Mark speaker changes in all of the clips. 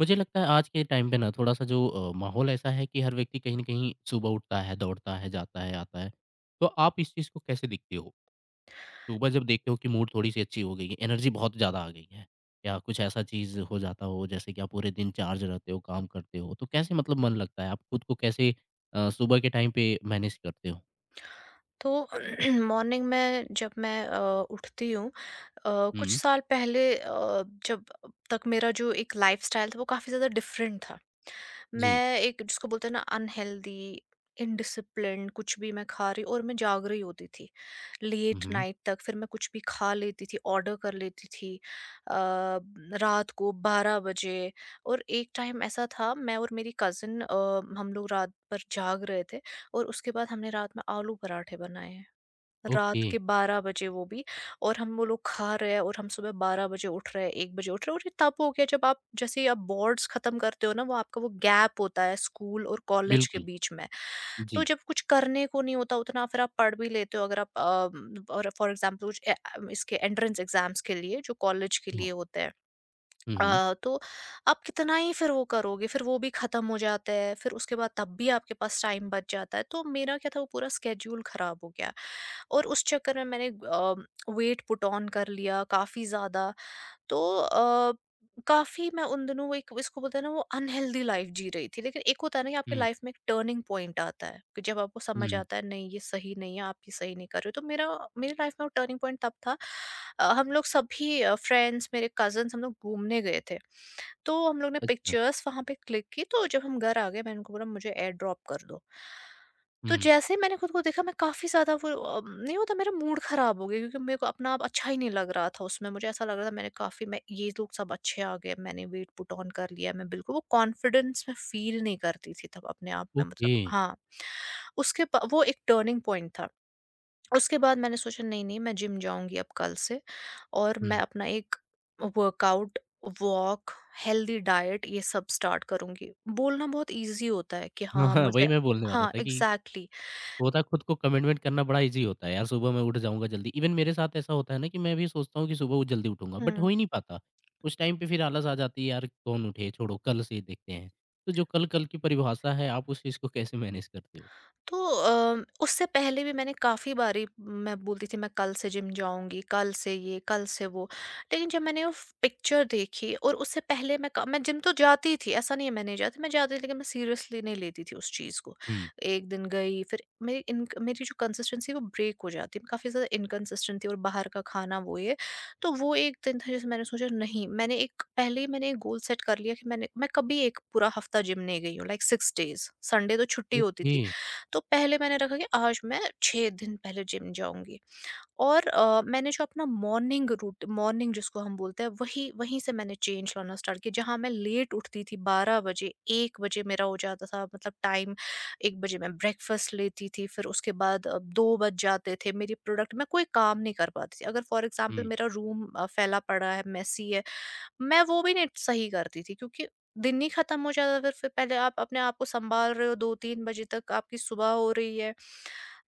Speaker 1: मुझे लगता है आज के टाइम पे ना थोड़ा-सा जो माहौल ऐसा है कि हर व्यक्ति कहीं न कहीं सुबह उठता है, दौड़ता है, जाता है, आता है। तो आप इस चीज़ को कैसे देखते हो? सुबह जब देखते हो कि मूड थोड़ी-सी अच्छी हो गई है, एनर्जी बहुत ज़्यादा आ गई है या कुछ ऐसा चीज़ हो जाता हो जैसे कि आप पूरे दिन चार्ज रहते हो, काम करते हो, तो कैसे मतलब मन लगता है? आप खुद को कैसे सुबह के टाइम पे मैनेज करते हो?
Speaker 2: तो मॉर्निंग में जब मैं उठती हूँ। कुछ
Speaker 1: हुँ,
Speaker 2: साल पहले जब तक मेरा जो एक लाइफस्टाइल था वो काफ़ी ज़्यादा डिफरेंट था।
Speaker 1: जी।
Speaker 2: मैं एक जिसको बोलते हैं ना अनहेल्दी इनडिसिप्लिन कुछ भी मैं खा रही और मैं जाग रही होती थी
Speaker 1: हुँ,
Speaker 2: लेट
Speaker 1: हुँ।
Speaker 2: नाइट तक। फिर मैं कुछ भी खा लेती थी, ऑर्डर कर लेती थी अ, रात को 12 बजे। और एक टाइम ऐसा था, मैं और मेरी कज़न हम लोग रात भर जाग रहे थे, और उसके बाद हमने रात में आलू पराठे बनाए, रात
Speaker 1: ओके,
Speaker 2: के 12 बजे, वो भी। और हम वो लोग खा रहे हैं और हम सुबह 12 बजे उठ रहे हैं, 1 बजे उठ रहे हैं। और ये तब हो गया जब आप जैसे ही आप बोर्ड्स खत्म करते हो ना, वो आपका वो गैप होता है स्कूल और कॉलेज के
Speaker 1: बिल्कुल।
Speaker 2: बीच में। तो
Speaker 1: जी।
Speaker 2: जब कुछ करने को नहीं होता उतना, फिर आप पढ़ भी लेते हो अगर आप और फॉर एग्जाम्पल कुछ इसके एंट्रेंस एग्जाम्स के लिए जो कॉलेज के
Speaker 1: वाह!
Speaker 2: लिए होते हैं।
Speaker 1: हुँ, हुँ।
Speaker 2: तो आप कितना ही फिर वो करोगे, फिर वो भी ख़त्म हो जाता है, फिर उसके बाद तब भी आपके पास टाइम बच जाता है। तो मेरा क्या था वो पूरा स्केड्यूल ख़राब हो गया। और उस चक्कर में मैंने वेट पुट ऑन कर लिया काफ़ी ज़्यादा। तो काफ़ी मैं उन दिनों वो एक इसको बोलते हैं ना वो अनहेल्दी लाइफ जी रही थी। लेकिन एक होता है ना कि आपके
Speaker 1: हुँ,
Speaker 2: लाइफ में एक टर्निंग पॉइंट आता है कि जब आपको समझ
Speaker 1: हुँ।
Speaker 2: आता है नहीं ये सही नहीं है, आप ये सही नहीं कर रहे हो। तो मेरा मेरी लाइफ में वो टर्निंग पॉइंट तब था। हम लोग सभी फ्रेंड्स मेरे कज़िन्स हम लोग घूमने गए थे। तो हम लोग ने
Speaker 1: अच्छा।
Speaker 2: पिक्चर्स वहाँ पे क्लिक की, तो जब हम घर आ गए मैंने उनको बोला मुझे एयर ड्रॉप कर दो। तो
Speaker 1: हुँ,
Speaker 2: जैसे मैंने खुद को देखा, मैं काफ़ी ज़्यादा वो नहीं होता, मेरा मूड ख़राब हो गया क्योंकि मेरे को अपना आप अच्छा ही नहीं लग रहा था उसमें। मुझे ऐसा लग रहा था मैंने काफ़ी मैं ये लोग सब अच्छे आ गए, मैंने वेट पुट ऑन कर लिया, मैं बिल्कुल वो कॉन्फिडेंस मैं फ़ील नहीं करती थी तब अपने आप में, मतलब
Speaker 1: ओके।
Speaker 2: हाँ। उसके ब वो एक टर्निंग पॉइंट था। उसके बाद मैंने सोचा नहीं-नहीं मैं जिम जाऊँगी अब कल से। और मैं
Speaker 1: हुँ।
Speaker 2: अपना एक वर्कआउट, वॉक, हेल्दी डाइट ये सब स्टार्ट करूँगी। बोलना बहुत ईज़ी होता है कि
Speaker 1: हाँ,
Speaker 2: हाँ,
Speaker 1: हाँ, वही
Speaker 2: मुझे।
Speaker 1: मैं बोलने वाला
Speaker 2: हाँ,
Speaker 1: था कि
Speaker 2: एग्ज़ैक्टली।
Speaker 1: होता खुद को कमिटमेंट करना बड़ा ईज़ी होता है यार, सुबह मैं उठ जाऊँगा जल्दी। इवन मेरे साथ ऐसा होता है ना कि मैं भी सोचता हूँ कि सुबह वो जल्दी उठूँगा, बट हो
Speaker 2: हुँ।
Speaker 1: ही नहीं पाता। उस टाइम पे फिर आलस आ जाती है, यार कौन उठे, छोड़ो कल से देखते हैं। तो जो कल-कल की परिभाषा है, आप उस चीज़ को कैसे मैनेज करते हो?
Speaker 2: तो उससे पहले भी मैंने काफ़ी बारी मैं बोलती थी मैं कल से जिम जाऊँगी, कल से ये, कल से वो। लेकिन जब मैंने वो फ़ पिक्चर देखी, और उससे पहले मैं क मैं जिम तो जाती थी, ऐसा नहीं है मैं नहीं जाती, मैं जाती थी लेकिन मैं सीरियसली नहीं लेती थी उस चीज़ को।
Speaker 1: हुँ,
Speaker 2: एक दिन गई फिर मेरी इनक मेरी जो कंसिस्टेंसी है वो ब्रेक हो जाती है। मैं काफ़ी ज़्यादा इनकंसिस्टेंट थी, और बाहर का खाना वो ये। तो वो एक दिन था जैसे मैंने सोचा नहीं मैंने एक पहले ही मैंने एक गोल सेट कर लिया कि मैंने मैं कभी एक पूरा हफ़्ता जिम नहीं गई हूँ, लाइक 6 डेज़, संडे तो छुट्टी होती
Speaker 1: ओके,
Speaker 2: थी। तो पहले मैंने रखा कि आज मैं 6 दिन पहले जिम जाऊँगी। और मैंने जो अपना मॉर्निंग रूट मॉर्निंग जिसको हम बोलते हैं वही वहीं से मैंने चेंज लाना स्टार्ट किया। जहाँ मैं लेट उठती थी 12 बजे, 1 बजे मेरा हो जाता था मतलब टाइम, 1 बजे मैं ब्रेकफ़ास्ट लेती थी, फिर उसके बाद 2 बज जाते थे। मेरी प्रोडक्ट मैं कोई काम नहीं कर पाती थी। अगर फ़ॉर एग्ज़ाम्पल
Speaker 1: हुँ।
Speaker 2: मेरा रूम फैला पड़ा है, मेसी है, मैं वो भी नहीं सही करती थी क्योंकि दिन ही खत्म हो जाता था। फिर पहले आप अपने आप को संभाल रहे हो, 2-3 बजे तक आपकी सुबह हो रही है।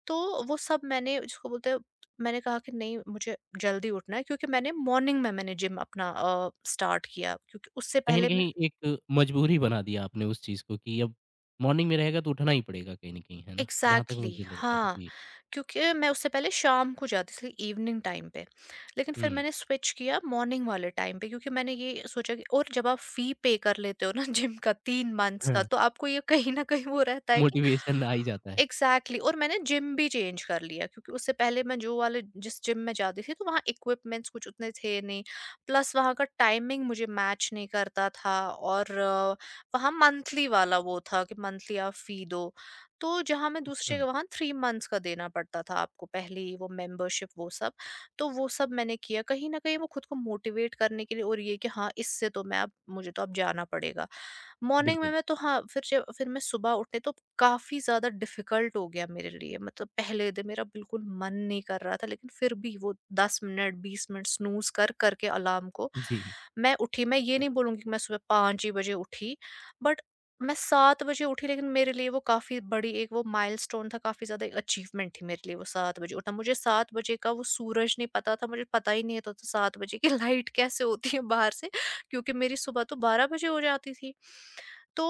Speaker 2: तो वो सब मैंने जिसको बोलते हैं मैंने कहा कि नहीं मुझे जल्दी उठना है क्योंकि मैंने मॉर्निंग में मैंने जिम अपना स्टार्ट किया क्योंकि उससे
Speaker 1: कहीं न
Speaker 2: पहले
Speaker 1: कहीं एक मजबूरी बना दिया आपने उस चीज़ को कि अब मॉर्निंग में रहेगा तो उठना ही पड़ेगा कहीं न कहीं, है ना? जहाँ तक
Speaker 2: एग्ज़ैक्टली
Speaker 1: मुझे लग रहा है।
Speaker 2: हाँ,
Speaker 1: जी,
Speaker 2: क्योंकि मैं उससे पहले शाम को जाती थी इवनिंग टाइम पे, लेकिन फिर
Speaker 1: हुँ,
Speaker 2: मैंने स्विच किया मॉर्निंग वाले टाइम पे क्योंकि मैंने ये सोचा कि, और जब आप फ़ी पे कर लेते हो ना जिम का 3 मंथ्स का,
Speaker 1: हाँ,
Speaker 2: तो आपको ये कहीं न कहीं वो रहता है कि
Speaker 1: मोटिवेशन आ ही जाता है।
Speaker 2: Exactly exactly। और मैंने जिम भी चेंज कर लिया क्योंकि उससे पहले मैं जो वाले जिस जिम में जाती थी तो वहाँ इक्विपमेंट्स कुछ उतने थे नहीं। प्लस वहाँ का टाइमिंग मुझे मैच नहीं करता था, और वहाँ मंथली वाला वो था कि मंथली आप फी दो। तो जहाँ मैं दूसरे
Speaker 1: अच्छा,
Speaker 2: के वहाँ थ्री मंथ्स का देना पड़ता था आपको पहले ही वो मेंबरशिप वो सब। तो वो सब मैंने किया कहीं ना कहीं वो खुद को मोटिवेट करने के लिए, और ये कि हाँ इससे तो मैं अब मुझे तो अब जाना पड़ेगा मॉर्निंग में
Speaker 1: बिल्कुल।
Speaker 2: मैं तो हाँ, फिर जब फिर मैं सुबह उठने तो काफ़ी ज़्यादा डिफ़िकल्ट हो गया मेरे लिए, मतलब पहले दिन मेरा बिल्कुल मन नहीं कर रहा था लेकिन फिर भी वो 10 मिनट 20 मिनट स्नूज़ कर कर के अलार्म को
Speaker 1: जी,
Speaker 2: मैं उठी। मैं ये नहीं बोलूँगी कि मैं सुबह 5 ही बजे उठी, बट मैं 7 बजे उठी, लेकिन मेरे लिए वो काफ़ी बड़ी एक वो माइलस्टोन था, काफ़ी ज़्यादा एक अचीवमेंट थी मेरे लिए वो 7 बजे उठना। मुझे 7 बजे का वो सूरज नहीं पता था, मुझे पता ही नहीं होता था 7 बजे की लाइट कैसे होती है बाहर से। क्योंकि मेरी सुबह तो 12 बजे हो जाती थी। तो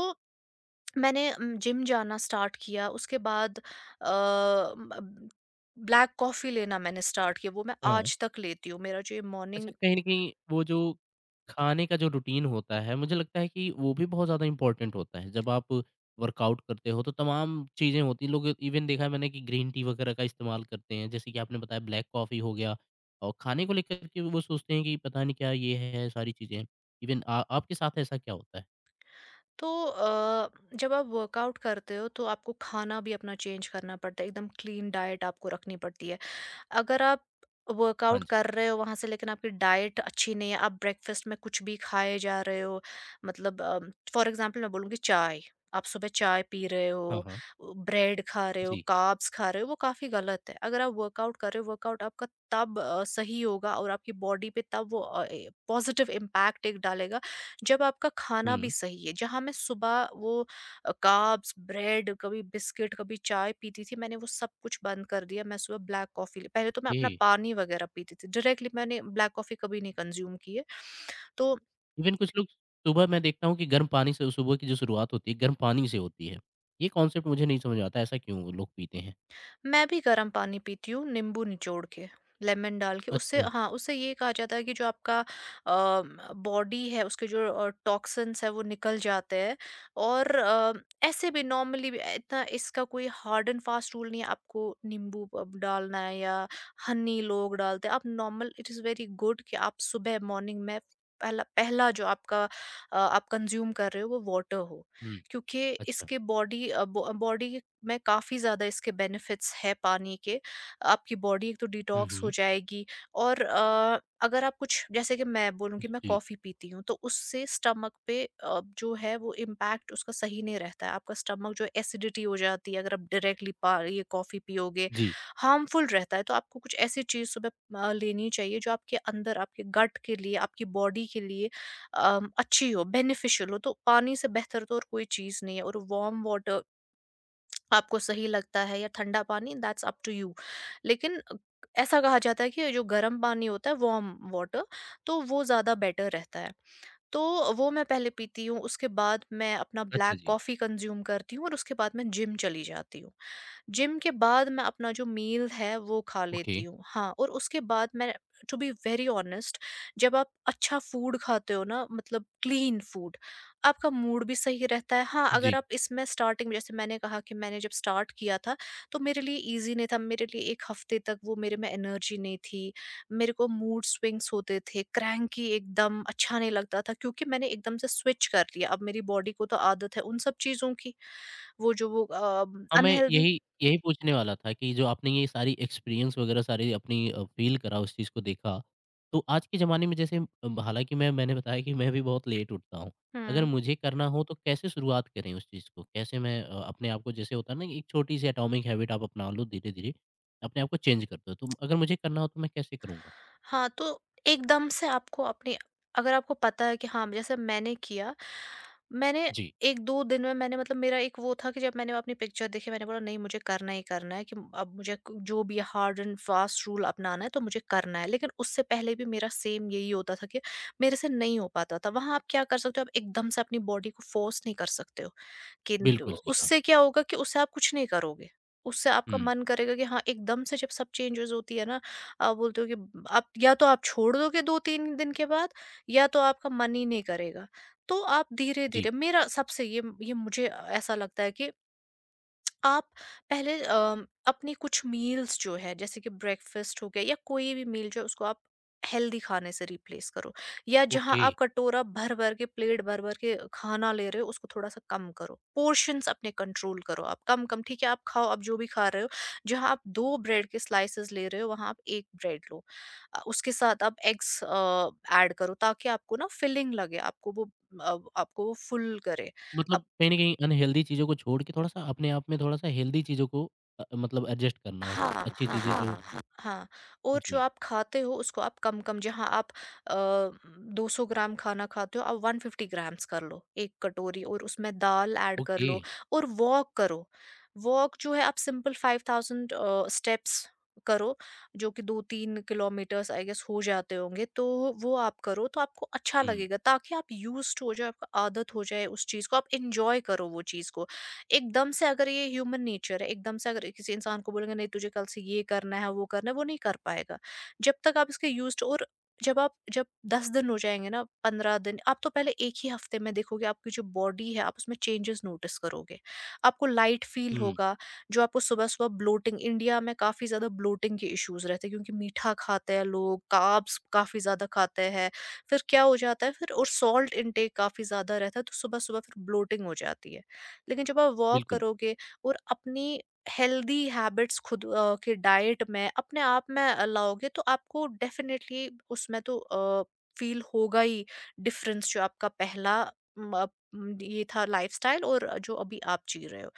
Speaker 2: मैंने जिम जाना स्टार्ट किया, उसके बाद अ, ब ब्लैक कॉफ़ी लेना मैंने स्टार्ट किया, वो मैं
Speaker 1: हाँ।
Speaker 2: आज तक लेती हूँ, मेरा जो ये मॉर्निंग।
Speaker 1: अच्छा, कहीं न कहीं वो जो खाने का जो रूटीन होता है, मुझे लगता है कि वो भी बहुत ज़्यादा इम्पोर्टेंट होता है। जब आप वर्कआउट करते हो, तो तमाम चीज़ें होती हैं। लोग इवन देखा है मैंने कि ग्रीन टी वगैरह का इस्तेमाल करते हैं, जैसे कि आपने बताया ब्लैक कॉफ़ी हो गया और खाने को लेकर के वो सोचते हैं कि पता नहीं क्या ये है, सारी चीज़ें। इवन आ आपके साथ ऐसा क्या होता है?
Speaker 2: तो जब आप वर्कआउट करते हो, तो आपको खाना भी अपना चेंज करना पड़ता है, एकदम क्लीन डाइट आपको रखनी पड़ती है। अगर आप
Speaker 1: हाँ
Speaker 2: वर्कआउट
Speaker 1: जी।
Speaker 2: कर रहे हो वहाँ से, लेकिन आपकी डाइट अच्छी नहीं है, आप ब्रेकफास्ट में कुछ भी खाए जा रहे हो, मतलब फॉर एग्जांपल मैं बोलूँगी चाय, आप सुबह चाय पी रहे
Speaker 1: हाँ,
Speaker 2: हो,
Speaker 1: हाँ।
Speaker 2: ब्रेड खा रहे हो,
Speaker 1: जी।
Speaker 2: कार्ब्स खा रहे हो, वो काफ़ी गलत है। अगर आप वर्कआउट कर रहे हो वर्कआउट आपका तब सही होगा और आपकी बॉडी पे तब वो पॉजिटिव इम्पैक्ट एक डालेगा जब आपका खाना भी
Speaker 1: हुँ,
Speaker 2: सही है। जहाँ मैं सुबह वो कार्ब्स, ब्रेड, कभी बिस्किट, कभी चाय पीती थी, मैंने वो सब कुछ बंद कर दिया। मैं सुबह ब्लैक कॉफ़ी, पहले तो मैं
Speaker 1: ओके।
Speaker 2: अपना पानी वगैरह पीती थी, डायरेक्टली मैंने ब्लैक कॉफ़ी कभी नहीं कंज़्यूम की है। तो
Speaker 1: इवन कुछ लोग सुबह मैं देखता हूँ कि गर्म पानी से सुबह की जो शुरुआत होती है, गर्म पानी से होती है। ये कॉन्सेप्ट मुझे नहीं समझ आता, ऐसा क्यों लोग पीते हैं?
Speaker 2: मैं भी गर्म पानी पीती हूँ नींबू निचोड़ के, लेमन डाल के, उससे
Speaker 1: अच्छा,
Speaker 2: हाँ उससे ये कहा जाता है कि जो आपका बॉडी है उसके जो टॉक्सिन्स है वो निकल जाते हैं। और ऐसे भी नॉर्मली भी इतना, इसका कोई हार्ड एंड फास्ट रूल नहीं है आपको नींबू अब डालना है या हनी लोग डालते हैं, आप normal it is very good कि आप सुबह मॉर्निंग में पहला पहला जो आपका आप कंज्यूम कर रहे हो वो वाटर हो
Speaker 1: हुँ,
Speaker 2: क्योंकि
Speaker 1: अच्छा।
Speaker 2: इसके बॉडी बॉडी में काफ़ी ज़्यादा इसके बेनिफिट्स है पानी के। आपकी बॉडी एक तो
Speaker 1: हुँ,
Speaker 2: डिटॉक्स हो
Speaker 1: हुँ।
Speaker 2: जाएगी। और अगर आप कुछ जैसे कि मैं बोलूँ कि मैं
Speaker 1: जी,
Speaker 2: कॉफ़ी पीती हूँ, तो उससे स्टमक पे जो है वो इम्पैक्ट उसका सही नहीं रहता है। आपका स्टमक जो एसिडिटी हो जाती है अगर आप डायरेक्टली पा ये कॉफ़ी पियोगे,
Speaker 1: जी।
Speaker 2: हार्मफुल रहता है। तो आपको कुछ ऐसी चीज़ सुबह लेनी चाहिए जो आपके अंदर, आपके गट के लिए, आपकी बॉडी के लिए अच्छी हो, बेनिफिशियल हो। तो पानी से बेहतर तो और कोई चीज़ नहीं है। और वार्म वाटर आपको सही लगता है या ठंडा पानी दैट्स अप टू यू, लेकिन ऐसा कहा जाता है कि जो गर्म पानी होता है वार्म वाटर, तो वो ज़्यादा बेटर रहता है। तो वो मैं पहले पीती हूँ, उसके बाद मैं अपना
Speaker 1: अच्छा
Speaker 2: ब्लैक
Speaker 1: जी,
Speaker 2: कॉफ़ी कंज्यूम करती हूँ और उसके बाद मैं जिम चली जाती हूँ। जिम के बाद मैं अपना जो मील है वो खा
Speaker 1: ओके,
Speaker 2: लेती हूँ। हाँ, और उसके बाद मैं टू बी वेरी ऑनेस्ट जब आप अच्छा फूड खाते हो ना, मतलब क्लीन फूड, आपका मूड भी सही रहता है। हाँ, अगर
Speaker 1: जी।
Speaker 2: आप इसमें स्टार्टिंग में, जैसे मैंने कहा कि मैंने जब स्टार्ट किया था, तो मेरे लिए ईज़ी नहीं था। मेरे लिए 1 हफ़्ते तक वो मेरे में एनर्जी नहीं थी। मेरे को मूड स्विंग्स होते थे, क्रैंकी, एकदम अच्छा नहीं लगता था क्योंकि मैंने एकदम से स्विच कर लिया। अब मेरी बॉडी को तो आदत है उन सब चीज़ों की, वो जो वो
Speaker 1: हाँ, मैं
Speaker 2: अनहेल्दी।
Speaker 1: यही यही पूछने वाला था कि जो आपने ये सारी एक्सपीरियंस वगैरह सारी अपनी फ़ील करा उस चीज़ को देखा, तो आज के ज़माने में जैसे हालाँकि मैंने बताया कि मैं भी बहुत लेट उठता हूँ। अगर
Speaker 2: हुँ।
Speaker 1: मुझे करना हो तो कैसे शुरुआत करें उस चीज़ को? कैसे मैं अपने आप को जैसे होता है ना कि एक छोटी-सी एटॉमिक हैबिट आप अपना लो धीरे-धीरे, अपने आप को चेंज कर दो। तो अगर मुझे करना हो तो मैं कैसे करूँगा?
Speaker 2: हाँ, तो एकदम से आपको अपनी अगर आपको पता है कि हाँ, जैसे मैंने किया, मैंने
Speaker 1: जी,
Speaker 2: 1-2 दिन में मैंने, मतलब मेरा एक वो था कि जब मैंने अपनी पिक्चर देखी, मैंने बोला नहीं मुझे करना ही करना है कि अब मुझे क जो भी हार्ड एंड फ़ास्ट रूल अपनाना है तो मुझे करना है। लेकिन उससे पहले भी मेरा सेम यही होता था कि मेरे से नहीं हो पाता था। वहाँ आप क्या कर सकते हो, आप एकदम से अपनी बॉडी को फ़ोर्स नहीं कर सकते हो। किन
Speaker 1: बिल्कुल सही कहा।
Speaker 2: उससे क्या होगा कि उससे आप कुछ नहीं करोगे। उससे आपका
Speaker 1: हुँ,
Speaker 2: मन करेगा कि हाँ, एकदम से जब सब चेंजेज़ होती है ना, आप बोलते हो कि ब आप या तो आप छोड़ दोगे 2-3 दिन के बाद या तो आपका मन ही नहीं करेगा। तो आप
Speaker 1: जी,
Speaker 2: धीरे-धीरे, मेरा सबसे ये मुझे ऐसा लगता है कि आप पहले अपनी कुछ मील्स जो है जैसे कि ब्रेकफास्ट हो गया या कोई भी मील जो है उसको आप हेल्दी खाने से रिप्लेस करो, या जहां
Speaker 1: ओके।
Speaker 2: आप कटोरा भर भर के, प्लेट भर भर के खाना ले रहे हो उसको थोड़ा सा कम करो। पोर्शंस अपने कंट्रोल करो। आप कम कम, ठीक है, आप खाओ, आप जो भी खा रहे हो। जहां आप दो ब्रेड के स्लाइसेस ले रहे हो वहां आप एक ब्रेड लो। उसके साथ आप एग्स ऐड करो ताकि आपको ना फिलिंग लगे, आपको वो आपको वो फुल करे।
Speaker 1: मतलब कहीं न कहीं अनहेल्दी चीज़ों को छोड़ के थोड़ा-सा अपने आप में थोड़ा-सा हेल्दी चीज़ों को मतलब एडजस्ट करना
Speaker 2: हाँ,
Speaker 1: अच्छी
Speaker 2: हाँ,
Speaker 1: अच्छी चीज़ें
Speaker 2: हाँ,
Speaker 1: जो
Speaker 2: हाँ, हाँ हाँ। और जो
Speaker 1: जी,
Speaker 2: आप खाते हो उसको आप कम-कम, जहाँ आप अ, 200 ग्राम खाना खाते हो, आप 150 ग्राम्स कर लो, 1 कटोरी, और उसमें दाल ऐड कर
Speaker 1: ओके।
Speaker 2: लो। और वॉक करो। वॉक जो है आप सिंपल 5000 स्टेप्स करो, जो कि 2-3 किलोमीटर्स आई गेस हो जाते होंगे। तो वो आप करो तो आपको अच्छा
Speaker 1: हुँ,
Speaker 2: लगेगा, ताकि आप यूज़्ड हो जाओ, आपको आदत हो जाए उस चीज़ को, आप एन्जॉय करो वो चीज़ को। एकदम से, अगर ये ह्यूमन नेचर है, एकदम से अगर किसी इंसान को बोलेंगे नहीं तुझे कल से ये करना है वो करना है, वो नहीं कर पाएगा जब तक आप इसके यूज्ड। और जब आप, जब 10 दिन हो जाएंगे ना, 15 दिन, आप तो पहले एक ही हफ्ते में देखोगे, आपकी जो बॉडी है आप उसमें चेंजेस नोटिस करोगे। आपको लाइट फील
Speaker 1: हुँ,
Speaker 2: होगा। जो आपको सुबह सुबह ब्लोटिंग, इंडिया में काफी ज्यादा ब्लोटिंग के इश्यूज रहते हैं क्योंकि मीठा खाते हैं लोग, कार्ब्स काफी ज्यादा खाते हैं। फिर क्या हो जाता है, फिर और सॉल्ट इनटेक काफी ज्यादा रहता है, तो सुबह सुबह फिर ब्लोटिंग हो जाती है। लेकिन जब आप वॉक
Speaker 1: बिल्कुल।
Speaker 2: करोगे और अपनी हेल्दी हैबिट्स खुद के डाइट में अपने आप में लाओगे, तो आपको डेफिनेटली उसमें तो फील होगा ही डिफरेंस। जो आपका पहला म, अ, ये था लाइफस्टाइल और जो अभी आप जी रहे हो,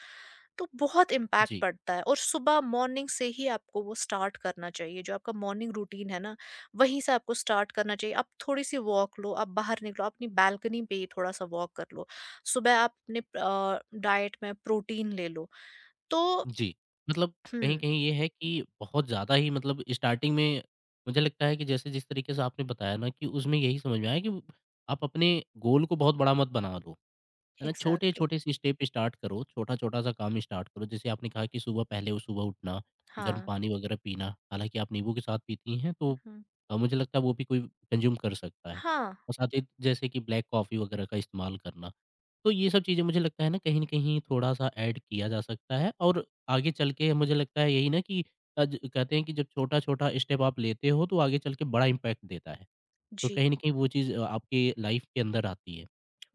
Speaker 2: तो बहुत इम्पैक्ट
Speaker 1: जी,
Speaker 2: पड़ता है। और सुबह मॉर्निंग से ही आपको वो स्टार्ट करना चाहिए, जो आपका मॉर्निंग रूटीन है ना, वहीं से आपको स्टार्ट करना चाहिए। आप थोड़ी सी वॉक लो, आप बाहर निकलो, अपनी बालकनी पे ही थोड़ा सा वॉक कर लो। सुबह आप अपने डाइट में प्रोटीन ले लो। तो
Speaker 1: जी। मतलब कहीं
Speaker 2: हुँ,
Speaker 1: कहीं ये है कि बहुत ज़्यादा ही मतलब स्टार्टिंग में मुझे लगता है कि जैसे जिस तरीके से आपने बताया ना कि उसमें यही समझ में आया कि आप अपने गोल को बहुत बड़ा मत बना लो। है ना?
Speaker 2: एग्ज़ैक्टली,
Speaker 1: छोटे-छोटे से स्टेप स्टार्ट करो, छोटा-छोटा सा काम स्टार्ट करो। जैसे आपने कहा कि सुबह पहले वो सुबह उठना, गर्म
Speaker 2: हाँ।
Speaker 1: पानी वगैरह पीना, हालाँकि आप नींबू के साथ पीती हैं तो
Speaker 2: हुँ,
Speaker 1: मुझे लगता है वो भी कोई कंज़्यूम कर सकता है।
Speaker 2: हाँ,
Speaker 1: और साथ ही जैसे कि ब्लैक कॉफ़ी वगैरह का इस्तेमाल करना। तो ये सब चीज़ें मुझे लगता है ना कहीं न कहीं थोड़ा-सा ऐड किया जा सकता है और आगे चल के मुझे लगता है यही ना कि ज कहते हैं कि जब छोटा-छोटा स्टेप आप लेते हो तो आगे चल के बड़ा इम्पैक्ट देता है। तो
Speaker 2: जी,
Speaker 1: कहीं न कहीं वो चीज़ आपके लाइफ़ के अंदर आती है।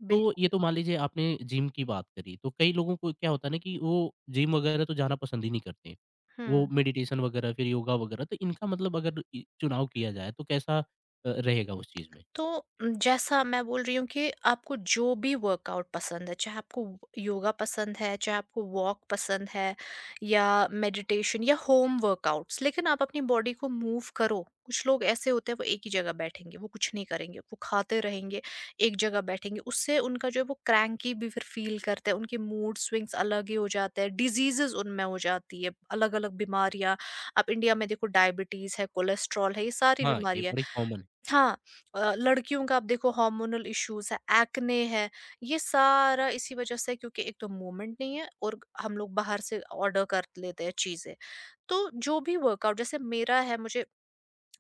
Speaker 1: तो ये
Speaker 2: बिल्कुल।
Speaker 1: तो मान लीजिए आपने जिम की बात करी, तो कई लोगों को क्या होता है ना कि वो जिम वगैरह तो जाना पसंद ही नहीं करते।
Speaker 2: हुँ।
Speaker 1: वो मेडिटेशन वगैरह फिर योगा वगैरह तो इनका मतलब अगर इ चुनाव किया जाए तो कैसा रहेगा उस चीज़ में?
Speaker 2: तो जैसा मैं बोल रही हूँ कि आपको जो भी वर्कआउट पसंद है, चाहे आपको योगा पसंद है, चाहे आपको वॉक पसंद है, या मेडिटेशन, या होम वर्कआउट्स, लेकिन आप अपनी बॉडी को मूव करो। कुछ लोग ऐसे होते हैं, वो एक ही जगह बैठेंगे, वो कुछ नहीं करेंगे, वो खाते रहेंगे, एक जगह बैठेंगे। उससे उनका जो है वो क्रैंकी भी फिर फील करते हैं, उनके मूड स्विंग्स अलग ही हो जाते हैं, डिजीज़ेज़ उनमें हो जाती है, अलग-अलग बीमारियाँ। आप इंडिया में देखो, डायबिटीज़ है, कोलेस्ट्रॉल है, ये सारी
Speaker 1: हाँ, ये
Speaker 2: बीमारियाँ।
Speaker 1: बड़ी कॉमन है।
Speaker 2: हाँ, लड़कियों का आप देखो, हार्मोनल इश्यूज़ है, एक्ने है, ये सारा इसी वजह से है क्योंकि एक तो मूवमेंट नहीं है और हम लोग बाहर से ऑर्डर कर लेते हैं चीज़ें। तो जो भी वर्कआउट, जैसे मेरा है, मुझे,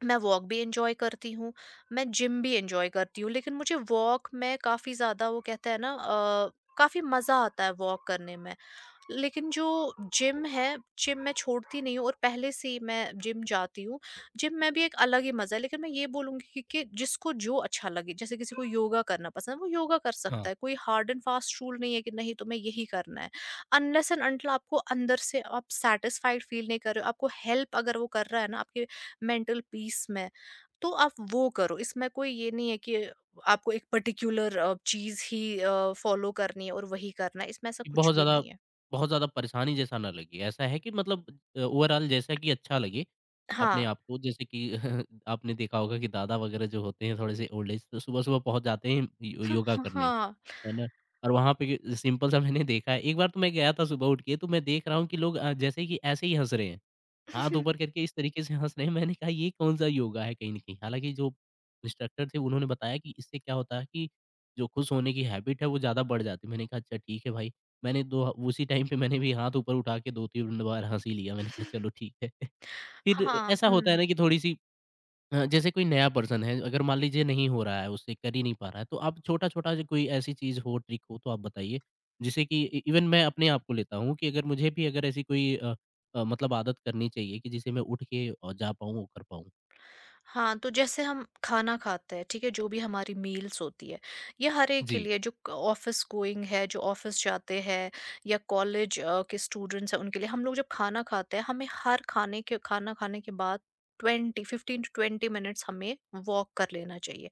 Speaker 2: मैं वॉक भी एन्जॉय करती हूँ, मैं जिम भी एन्जॉय करती हूँ, लेकिन मुझे वॉक में काफ़ी ज़्यादा, वो कहते हैं ना, काफ़ी मज़ा आता है वॉक करने में। लेकिन जो जिम है, जिम मैं छोड़ती नहीं हूँ, और पहले से ही मैं जिम जाती हूँ। जिम में भी एक अलग ही मज़ा है, लेकिन मैं ये बोलूँगी कि जिसको जो अच्छा लगे, जैसे किसी को योगा करना पसंद है, वो योगा कर सकता
Speaker 1: हाँ,
Speaker 2: है। कोई हार्ड एंड फास्ट रूल नहीं है कि नहीं तुम्हें यही करना है। अनलेस एंड अंटिल आपको अंदर से आप सैटिस्फाइड फ़ील नहीं कर रहे हो, आपको हेल्प अगर वो कर रहा है ना आपके मेंटल पीस में, तो आप वो करो। इसमें कोई ये नहीं है कि आपको एक पर्टिकुलर चीज़ ही फ़ॉलो करनी है और वही करना है, इसमें ऐसा
Speaker 1: कि
Speaker 2: कुछ
Speaker 1: बहुत
Speaker 2: भी
Speaker 1: ज़्यादा
Speaker 2: नहीं है।
Speaker 1: बहुत ज़्यादा परेशानी जैसा ना लगे, ऐसा है कि मतलब ओवरॉल जैसा कि अच्छा लगे अपने
Speaker 2: हाँ,
Speaker 1: आप को जैसे कि आपने देखा होगा कि दादा वगैरह जो होते हैं थोड़े-से ओल्ड एज तो सुबह-सुबह पहुँच जाते हैं यो योगा करने।
Speaker 2: हाँ,
Speaker 1: है ना? और वहाँ पे ग सिंपल-सा मैंने देखा है, एक बार तो मैं गया था सुबह उठ के, तो मैं देख रहा हूँ कि लोग जैसे कि ऐसे ही हँस रहे हैं। हाथ ऊपर करके इस तरीके से हँस रहे हैं, मैंने कहा ये कौन-सा योगा है कहीं न कहीं। हालाँकि जो इंस्ट्रक्टर थे उन्होंने बताया कि इससे क्या होता है कि जो खुश होने की हैबिट है वो ज़्यादा बढ़ जाती है। मैंने कहा अच्छा ठीक है भाई। मैंने दो ह उसी टाइम पे मैंने भी हाथ ऊपर उठा के 2-3 बार हँस ही लिया। मैंने कहा चलो ठीक है। फिर
Speaker 2: हाँ,
Speaker 1: ऐसा होता है
Speaker 2: हुँ।
Speaker 1: ना कि थोड़ी-सी हाँ, जैसे कोई नया पर्सन है, अगर मान लीजिए नहीं हो रहा है उससे, कर ही नहीं पा रहा है, तो आप छोटा-छोटा जो कोई ऐसी चीज़ हो, ट्रिक हो तो आप बताइए? जिससे कि इ इवन मैं अपने आप को लेता हूँ कि अगर मुझे भी अगर ऐसी कोई मतलब आदत करनी चाहिए कि जिसे मैं उठ के जा पाऊँ, वो कर पाऊँ।
Speaker 2: हाँ, तो जैसे हम खाना खाते हैं, ठीक है? जो भी हमारी मील्स होती है, ये हर एक के
Speaker 1: जी।
Speaker 2: लिए, जो क ऑफ़िस गोइंग है, जो ऑफ़िस जाते हैं, या कॉलेज के स्टूडेंट्स हैं, उनके लिए, हम लोग जब खाना खाते हैं, हमें हर खाने के खाना खाने के बाद 20 15 टू 20 मिनट्स हमें वॉक कर लेना चाहिए।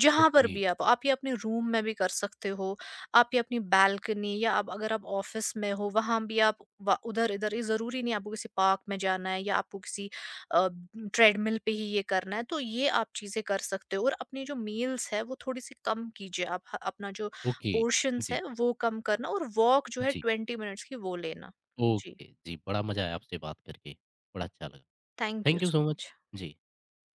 Speaker 2: जहाँ पर
Speaker 1: ओके,
Speaker 2: भी आप, ये अपने रूम में भी कर सकते हो, आप ये अपनी बालकनी, या अब अगर आप ऑफ़िस में हो वहाँ भी आप, व इधर-इधर, ये ज़रूरी नहीं है आपको किसी पार्क में जाना है, या आपको किसी अ, ट्रेडमिल पे ही ये करना है, तो ये आप चीज़ें कर सकते हो, और अपनी जो मील्स है वो थोड़ी-सी कम कीजिए, आप ह अपना जो
Speaker 1: ओके।
Speaker 2: पोर्शंस
Speaker 1: जी,
Speaker 2: है वो कम करना, और वॉक जो है
Speaker 1: जी।
Speaker 2: 20 मिनट्स की वो लेना। जी,
Speaker 1: ओके, जी, बड़ा मज़ा आया आपसे बात करके, बड़ा अच्छा लगा।
Speaker 2: Thank you
Speaker 1: thank you so
Speaker 2: so
Speaker 1: much.
Speaker 2: Much.
Speaker 1: Ji.